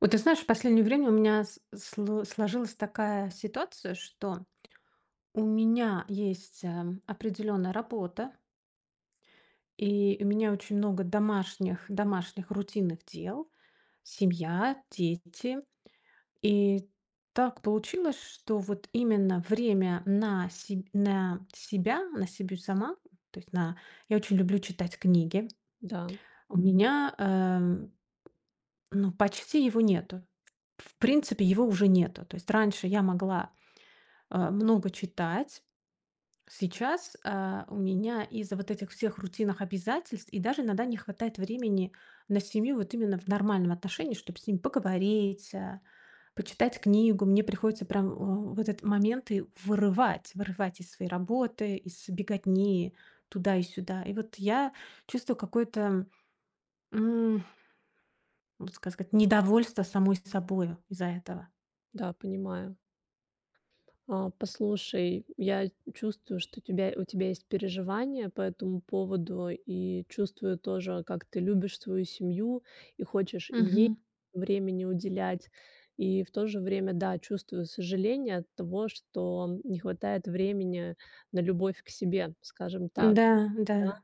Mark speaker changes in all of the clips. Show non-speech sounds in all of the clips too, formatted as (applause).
Speaker 1: Вот ты знаешь, в последнее время у меня сложилась такая ситуация, что у меня есть определенная работа, и у меня очень много домашних рутинных дел, семья, дети. И так получилось, что вот именно время на себя сама, то есть на... Я очень люблю читать книги.
Speaker 2: Да,
Speaker 1: У меня ну, почти его нету, в принципе, его уже нету. То есть раньше я могла много читать. Сейчас, у меня из-за вот этих всех рутинных обязательств и даже иногда не хватает времени на семью вот именно в нормальном отношении, чтобы с ним поговорить, почитать книгу. Мне приходится прям, в этот момент и вырывать из своей работы, из беготни туда и сюда. И вот я чувствую какое-то, м, вот как сказать, недовольство самой собой из-за этого.
Speaker 2: да, понимаю. А, послушай, я чувствую, что у тебя есть переживания по этому поводу, и чувствую тоже, как ты любишь свою семью и хочешь ей
Speaker 1: Мгм.
Speaker 2: времени уделять. И в то же время, да, чувствую сожаление от того, что не хватает времени на любовь к себе, скажем так.
Speaker 1: Да, да,
Speaker 2: Да?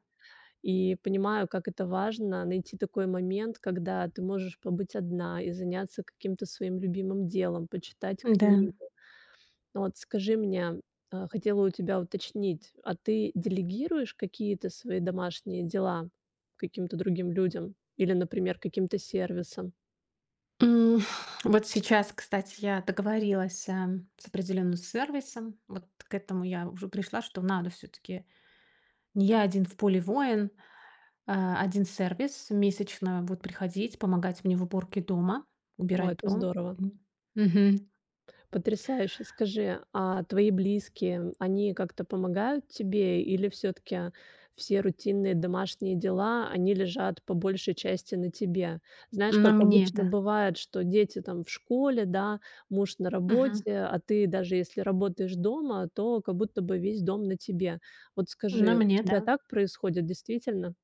Speaker 2: И понимаю, как это важно найти такой момент, когда ты можешь побыть одна и заняться каким-то своим любимым делом, почитать
Speaker 1: да.
Speaker 2: книгу. Ну вот скажи мне, хотела у тебя уточнить, а ты делегируешь какие-то свои домашние дела каким-то другим людям или, например, каким-то сервисом?
Speaker 1: М, Вот сейчас, кстати, я договорилась с определенным сервисом. Вот к этому я уже пришла, что надо все-таки не я один в поле воин, а один сервис месячно будет приходить, помогать мне в уборке дома,
Speaker 2: О,
Speaker 1: убирать
Speaker 2: это
Speaker 1: дом.
Speaker 2: здорово.
Speaker 1: М. Мгм.
Speaker 2: Потрясающе. Скажи, а твои близкие, они как-то помогают тебе или все таки все рутинные домашние дела, они лежат по большей части на тебе? Знаешь,
Speaker 1: На
Speaker 2: как
Speaker 1: мне,
Speaker 2: обычно
Speaker 1: да.
Speaker 2: бывает, что дети там в школе, да, муж на
Speaker 1: Мгм.
Speaker 2: работе, а ты даже если работаешь дома, то как будто бы весь дом на тебе. Вот
Speaker 1: На
Speaker 2: скажи, у
Speaker 1: мне, да.
Speaker 2: тебя так происходит действительно?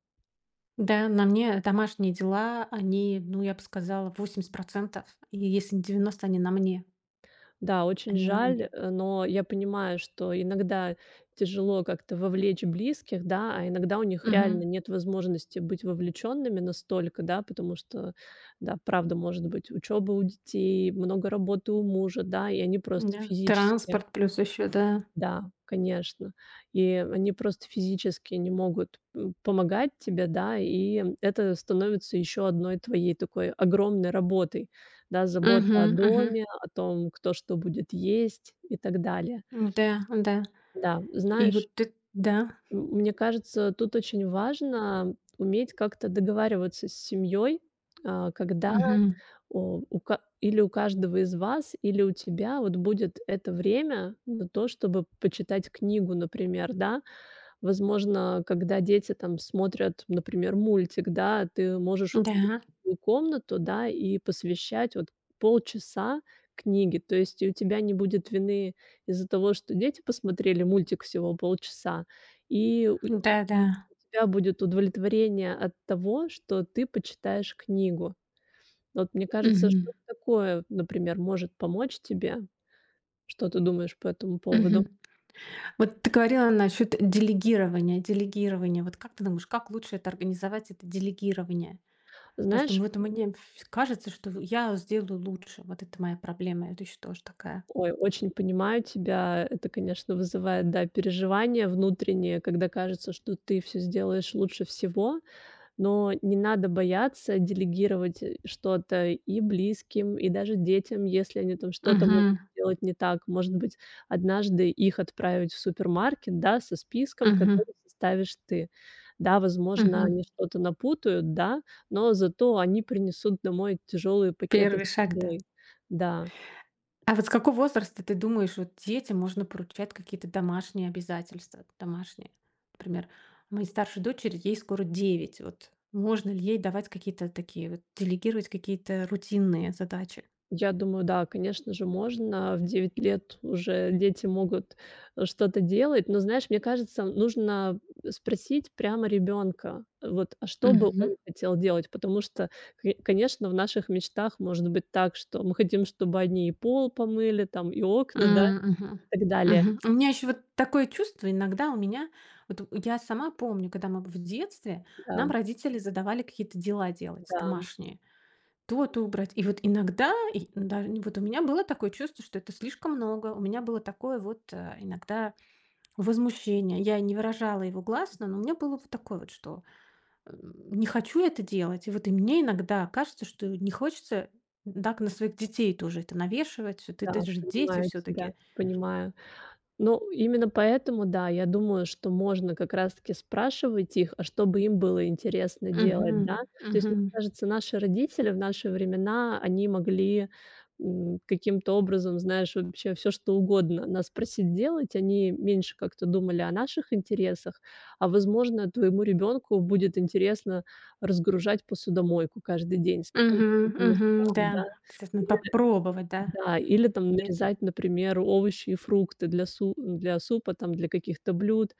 Speaker 1: Да, на мне домашние дела, они, ну, я бы сказала, 80%. И если не 90, они на мне.
Speaker 2: Да, очень
Speaker 1: Они на мне.
Speaker 2: жаль, но я понимаю, что иногда тяжело как-то вовлечь близких, да, а иногда у них реально
Speaker 1: Мгм.
Speaker 2: нет возможности быть вовлеченными настолько, да, потому что, да, правда, может быть учеба у детей, много работы у мужа, да, и они просто
Speaker 1: Да.
Speaker 2: физически.
Speaker 1: Транспорт плюс еще, да.
Speaker 2: Да, конечно. И они просто физически не могут, помогать тебе, да, и это становится еще одной твоей такой огромной работой, да, забота
Speaker 1: Мгм,
Speaker 2: о
Speaker 1: мгм.
Speaker 2: доме, о том, кто что будет есть и так далее.
Speaker 1: Да, да.
Speaker 2: Да,
Speaker 1: И
Speaker 2: знаешь,
Speaker 1: вот ты, да.
Speaker 2: мне кажется, тут очень важно уметь как-то договариваться с семьей, когда
Speaker 1: Мгм.
Speaker 2: о, у ка или у каждого из вас, или у тебя вот будет это время на то, чтобы почитать книгу, например, да. Возможно, когда дети там смотрят, например, мультик, да, ты можешь
Speaker 1: Да,
Speaker 2: уходить в свою комнату, да, и посвящать вот полчаса книге. То есть и у тебя не будет вины из-за того, что дети посмотрели мультик всего полчаса, и у
Speaker 1: да-да.
Speaker 2: тебя будет удовлетворение от того, что ты почитаешь книгу. Вот мне кажется,
Speaker 1: Мгм,
Speaker 2: что-то такое, например, может помочь тебе. Что ты думаешь по этому поводу?
Speaker 1: мгм. Вот ты говорила насчет делегирования. Вот как ты думаешь, как лучше это организовать, это делегирование? То, что
Speaker 2: Знаешь,
Speaker 1: вот мне ф кажется, что я сделаю лучше. Вот это моя проблема. Это еще тоже такая.
Speaker 2: ой, очень понимаю тебя. Это, конечно, вызывает, да, переживания внутренние, когда кажется, что ты все сделаешь лучше всего. Но не надо бояться делегировать, что-то и близким, и даже детям, если они там что-то могут
Speaker 1: Мгм,
Speaker 2: сделать не так. Может быть, однажды их отправить в супермаркет, да, со списком,
Speaker 1: мгм,
Speaker 2: который составишь ты. Да, возможно, они
Speaker 1: мгм.
Speaker 2: что-то напутают, да, но зато они принесут домой тяжелые пакеты с
Speaker 1: Первый шаг, да.
Speaker 2: едой. Да.
Speaker 1: А вот с какого возраста ты думаешь, вот детям можно поручать какие-то домашние обязательства? Домашние. Например, моей старшей дочери, ей скоро 9, вот можно ли ей давать какие-то такие, вот делегировать какие-то рутинные задачи?
Speaker 2: Я думаю, да, конечно же, можно. В 9 лет уже дети могут, что-то делать. Но, знаешь, мне кажется, нужно спросить прямо ребенка, вот, а что бы
Speaker 1: Мгм.
Speaker 2: он хотел делать. Потому что, конечно, в наших мечтах может быть так, что мы хотим, чтобы они и пол помыли, там, и окна, да,
Speaker 1: М, мгм.
Speaker 2: и так далее.
Speaker 1: Мгм. У меня еще вот такое чувство иногда у меня, вот я сама помню, когда мы в детстве,
Speaker 2: Да,
Speaker 1: нам родители задавали какие-то дела делать
Speaker 2: да,
Speaker 1: домашние. То-то убрать. И вот иногда, и да, вот у меня было такое чувство, что это слишком много. У меня было такое вот иногда возмущение. Я не выражала его гласно, но у меня было вот такое вот, что э, не хочу это делать. И вот и мне иногда кажется, что не хочется так на своих детей тоже это навешивать. Это
Speaker 2: да,
Speaker 1: же дети
Speaker 2: понимаю тебя,
Speaker 1: все-таки.
Speaker 2: понимаю. Ну, именно поэтому, да, я думаю, что можно как раз-таки спрашивать их, а что бы им было интересно делать,
Speaker 1: Мгм.
Speaker 2: да. То есть, мне
Speaker 1: Мгм.
Speaker 2: кажется, наши родители в наши времена, они могли, каким-то образом, знаешь, вообще все что угодно нас просить делать. Они меньше как-то думали о наших интересах, а, возможно, твоему ребенку будет интересно разгружать посудомойку каждый день, ставить
Speaker 1: Мгм.
Speaker 2: всё по
Speaker 1: Мгм.
Speaker 2: местам, да.
Speaker 1: Да. Кстати, надо попробовать, да.
Speaker 2: Да, или там
Speaker 1: И это-
Speaker 2: нарезать, например, овощи и фрукты для супа, там, для каких-то блюд.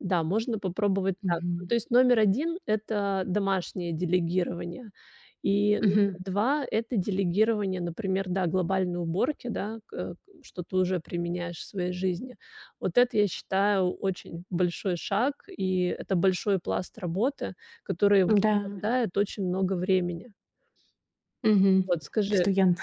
Speaker 2: Да, можно попробовать так. Ну,
Speaker 1: Мгм.
Speaker 2: то есть номер 1 это домашнее делегирование. И номер
Speaker 1: Мгм.
Speaker 2: 2 это делегирование, например, да, глобальной уборки, да, что ты уже применяешь в своей жизни. Вот это, я считаю, очень большой шаг, и это большой пласт работы, который
Speaker 1: Да.
Speaker 2: высвобождает очень много времени.
Speaker 1: Мгм.
Speaker 2: Вот скажи.
Speaker 1: Что я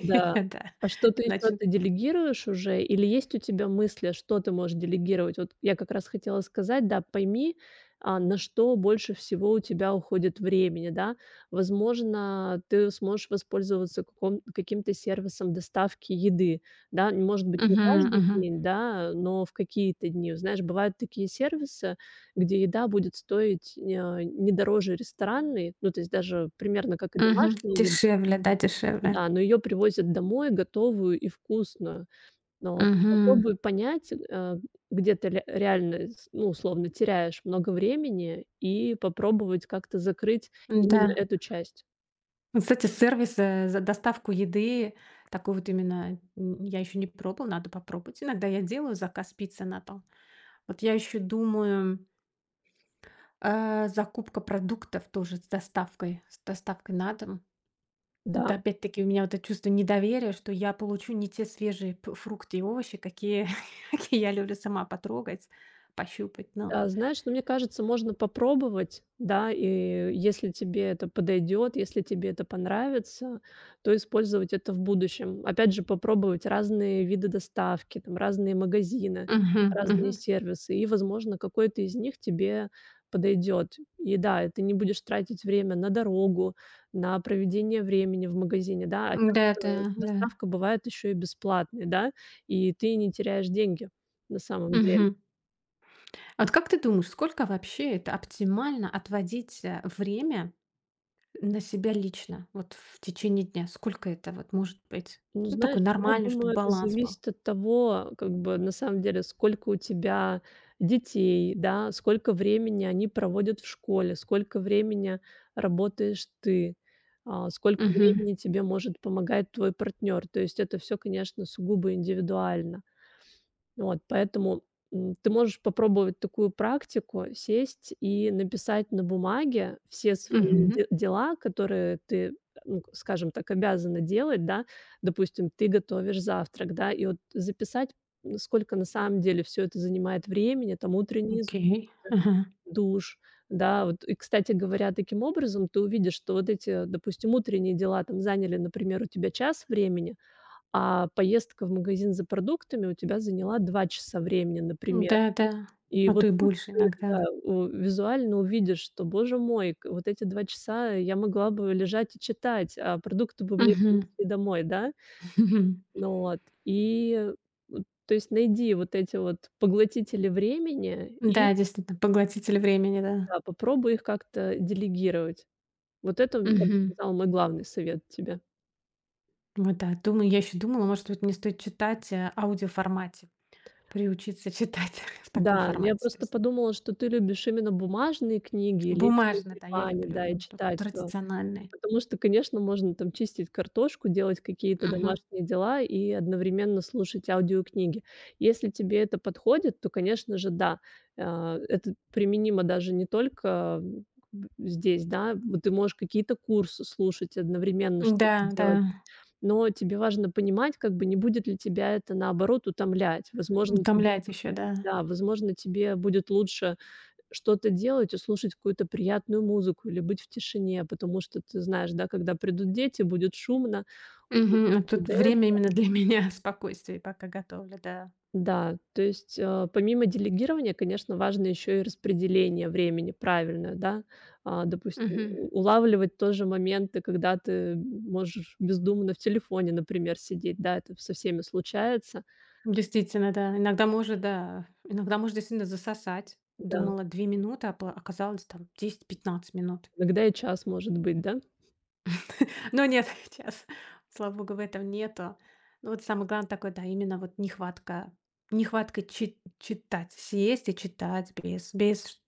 Speaker 2: Да.
Speaker 1: да,
Speaker 2: А что-то еще
Speaker 1: иначе.
Speaker 2: ты делегируешь уже или есть у тебя мысли, что ты можешь делегировать? Вот я как раз хотела сказать, да, пойми, на что больше всего у тебя уходит времени, да. Возможно, ты сможешь воспользоваться каком каким-то сервисом доставки еды, да. Может быть, не
Speaker 1: Мгм,
Speaker 2: каждый
Speaker 1: мгм,
Speaker 2: день, да, но в какие-то дни. Знаешь, бывают такие сервисы, где еда будет стоить, не дороже ресторанной, ну, то есть даже примерно как и
Speaker 1: мгм.
Speaker 2: домашняя еда.
Speaker 1: Дешевле, да, дешевле.
Speaker 2: Да, но ее привозят домой готовую и вкусную. Но
Speaker 1: Мгм.
Speaker 2: попробуй понять, где ты ре реально, с ну, условно, теряешь много времени, и попробовать как-то закрыть именно
Speaker 1: Да.
Speaker 2: эту часть.
Speaker 1: Ну, кстати, сервис, за доставку еды, такой вот именно, я еще не пробовала, надо попробовать. Иногда я делаю заказ пиццы на дом. Вот я еще думаю, закупка продуктов тоже с доставкой на дом.
Speaker 2: Да.
Speaker 1: Это опять-таки у меня вот это чувство недоверия, что я получу не те свежие фрукты и овощи, (laughs) какие я люблю сама потрогать, пощупать. Ну,
Speaker 2: Да, знаешь, ну, мне кажется, можно попробовать, да, и если тебе это подойдет, если тебе это понравится, то использовать это в будущем. Опять же, попробовать разные виды доставки, там, разные магазины,
Speaker 1: мгм,
Speaker 2: разные
Speaker 1: мгм.
Speaker 2: сервисы, и, возможно, какой-то из них тебе подойдет. И да, и ты не будешь тратить время на дорогу, на проведение времени в магазине, да, а
Speaker 1: Да, да,
Speaker 2: часто
Speaker 1: да.
Speaker 2: доставка бывает еще и бесплатной, да, и ты не теряешь деньги на самом деле.
Speaker 1: Мгм. А вот как ты думаешь, сколько вообще это оптимально отводить время на себя лично, вот в течение дня? Сколько это вот может быть?
Speaker 2: Ну,
Speaker 1: Ну,
Speaker 2: знаешь,
Speaker 1: такой
Speaker 2: я
Speaker 1: нормальный, чтобы
Speaker 2: думаю, это
Speaker 1: баланс был.
Speaker 2: зависит от того, как бы на самом деле, сколько у тебя детей, да, сколько времени они проводят в школе, сколько времени работаешь ты, а, сколько
Speaker 1: Мгм,
Speaker 2: времени тебе может помогать твой партнер. То есть это все, конечно, сугубо индивидуально. Вот, поэтому, ты можешь попробовать такую практику: сесть и написать на бумаге все свои
Speaker 1: мгм.
Speaker 2: де дела, которые ты, ну, к скажем так, обязана делать, да. Допустим, ты готовишь завтрак, да, и вот записать, сколько на самом деле все это занимает времени, там утренний з
Speaker 1: Окей. Ага.
Speaker 2: душ, да. Вот и, кстати говоря, таким образом ты увидишь, что вот эти, допустим, утренние дела там заняли, например, у тебя час времени. А поездка в магазин за продуктами у тебя заняла 2 часа времени, например.
Speaker 1: Да, да.
Speaker 2: И
Speaker 1: А
Speaker 2: вот
Speaker 1: то и
Speaker 2: тут
Speaker 1: больше
Speaker 2: ты,
Speaker 1: иногда.
Speaker 2: да, у визуально увидишь, что, боже мой, к вот эти 2 часа я могла бы лежать и читать, а продукты бы мне
Speaker 1: Мгм.
Speaker 2: принесли домой, да?
Speaker 1: (laughs)
Speaker 2: Ну вот. И, то есть найди вот эти вот поглотители времени и,
Speaker 1: Да, действительно, поглотитель времени, да.
Speaker 2: да, попробуй их как-то делегировать. Вот это, я бы
Speaker 1: Мгм.
Speaker 2: сказала, мой главный совет тебе.
Speaker 1: Вот да. Думаю, я еще думала, может быть, мне стоит читать, аудиоформате, приучиться читать (laughs) в таком
Speaker 2: Да, я
Speaker 1: формате. То
Speaker 2: просто
Speaker 1: есть
Speaker 2: подумала, что ты любишь именно бумажные книги и лечь на
Speaker 1: бумажно, да, я
Speaker 2: диване, да, и
Speaker 1: люблю такой
Speaker 2: читать.
Speaker 1: традициональный.
Speaker 2: Потому что, конечно, можно там чистить картошку, делать какие-то
Speaker 1: Мгм.
Speaker 2: домашние дела и одновременно слушать аудиокниги. Если тебе это подходит, то, конечно же, да. Это применимо даже не только, здесь, да. Вот ты можешь какие-то курсы слушать, одновременно
Speaker 1: Да,
Speaker 2: что-то
Speaker 1: да,
Speaker 2: делать, но тебе важно понимать, как бы не будет ли тебя это, наоборот, утомлять. Возможно, тебе
Speaker 1: утомляет еще, да.
Speaker 2: да, возможно, тебе будет лучше что-то делать и слушать какую-то приятную музыку или быть в тишине, потому что ты знаешь, да, когда придут дети, будет шумно. Уже
Speaker 1: Мгм. А
Speaker 2: не
Speaker 1: тут
Speaker 2: до эт.
Speaker 1: время именно для меня, (laughs) спокойствие, пока готовлю, да.
Speaker 2: Да, то есть, помимо делегирования, конечно, важно еще и распределение времени правильное, да. А, допустим,
Speaker 1: Мгм.
Speaker 2: у улавливать тоже моменты, когда ты можешь бездумно в телефоне, например, сидеть, да, это со всеми случается.
Speaker 1: Действительно, да. Иногда может, да, иногда может действительно засосать.
Speaker 2: Да,
Speaker 1: Думала 2 минуты, а пла оказалось там 10–15 минут.
Speaker 2: иногда и час может быть, да?
Speaker 1: Но нет, (laughs) сейчас, слава богу, в этом нету. Ну, вот самое главное такое, да, именно вот нехватка чи читать. Съесть и читать без без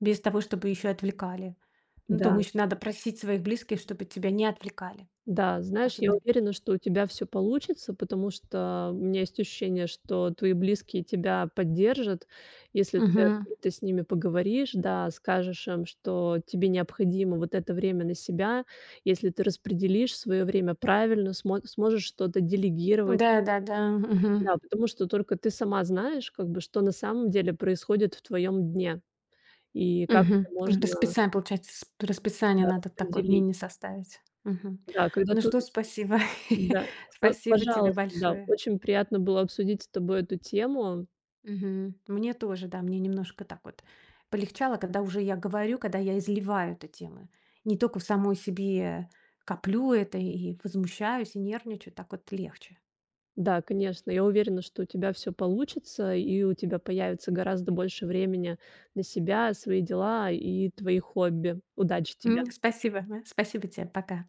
Speaker 1: без того, чтобы еще отвлекали. Ну,
Speaker 2: Да.
Speaker 1: думаю, еще надо просить своих близких, чтобы тебя не отвлекали.
Speaker 2: Да, знаешь, я
Speaker 1: Особенно.
Speaker 2: уверена, что у тебя все получится, потому что у меня есть ощущение, что твои близкие тебя поддержат, если ты
Speaker 1: Мгм.
Speaker 2: открыто с ними поговоришь, да, скажешь им, что тебе необходимо вот это время на себя. Если ты распределишь свое время правильно, сможешь что-то делегировать.
Speaker 1: Да-да-да. Мгм.
Speaker 2: Да, потому что только ты сама знаешь, как бы, что на самом деле происходит в твоем дне и как
Speaker 1: Мгм.
Speaker 2: это можно,
Speaker 1: Расписание, получается, с расписание
Speaker 2: да,
Speaker 1: надо такое
Speaker 2: распределить.
Speaker 1: мини составить. Мгм.
Speaker 2: Да, когда
Speaker 1: Ну
Speaker 2: ты
Speaker 1: что, спасибо. (laughs)
Speaker 2: да, п
Speaker 1: Спасибо тебе
Speaker 2: пожалуйста, да.
Speaker 1: большое.
Speaker 2: Очень приятно было обсудить с тобой эту тему.
Speaker 1: Мгм. Мне тоже, да, мне немножко так вот полегчало, когда уже я говорю, когда я изливаю эту тему. Не только в самой себе коплю это и возмущаюсь, и нервничаю, так вот легче.
Speaker 2: Да, конечно, я уверена, что у тебя все получится, и у тебя появится гораздо больше времени на себя, свои дела и твои хобби. Удачи тебе!
Speaker 1: Спасибо, да, спасибо тебе, пока.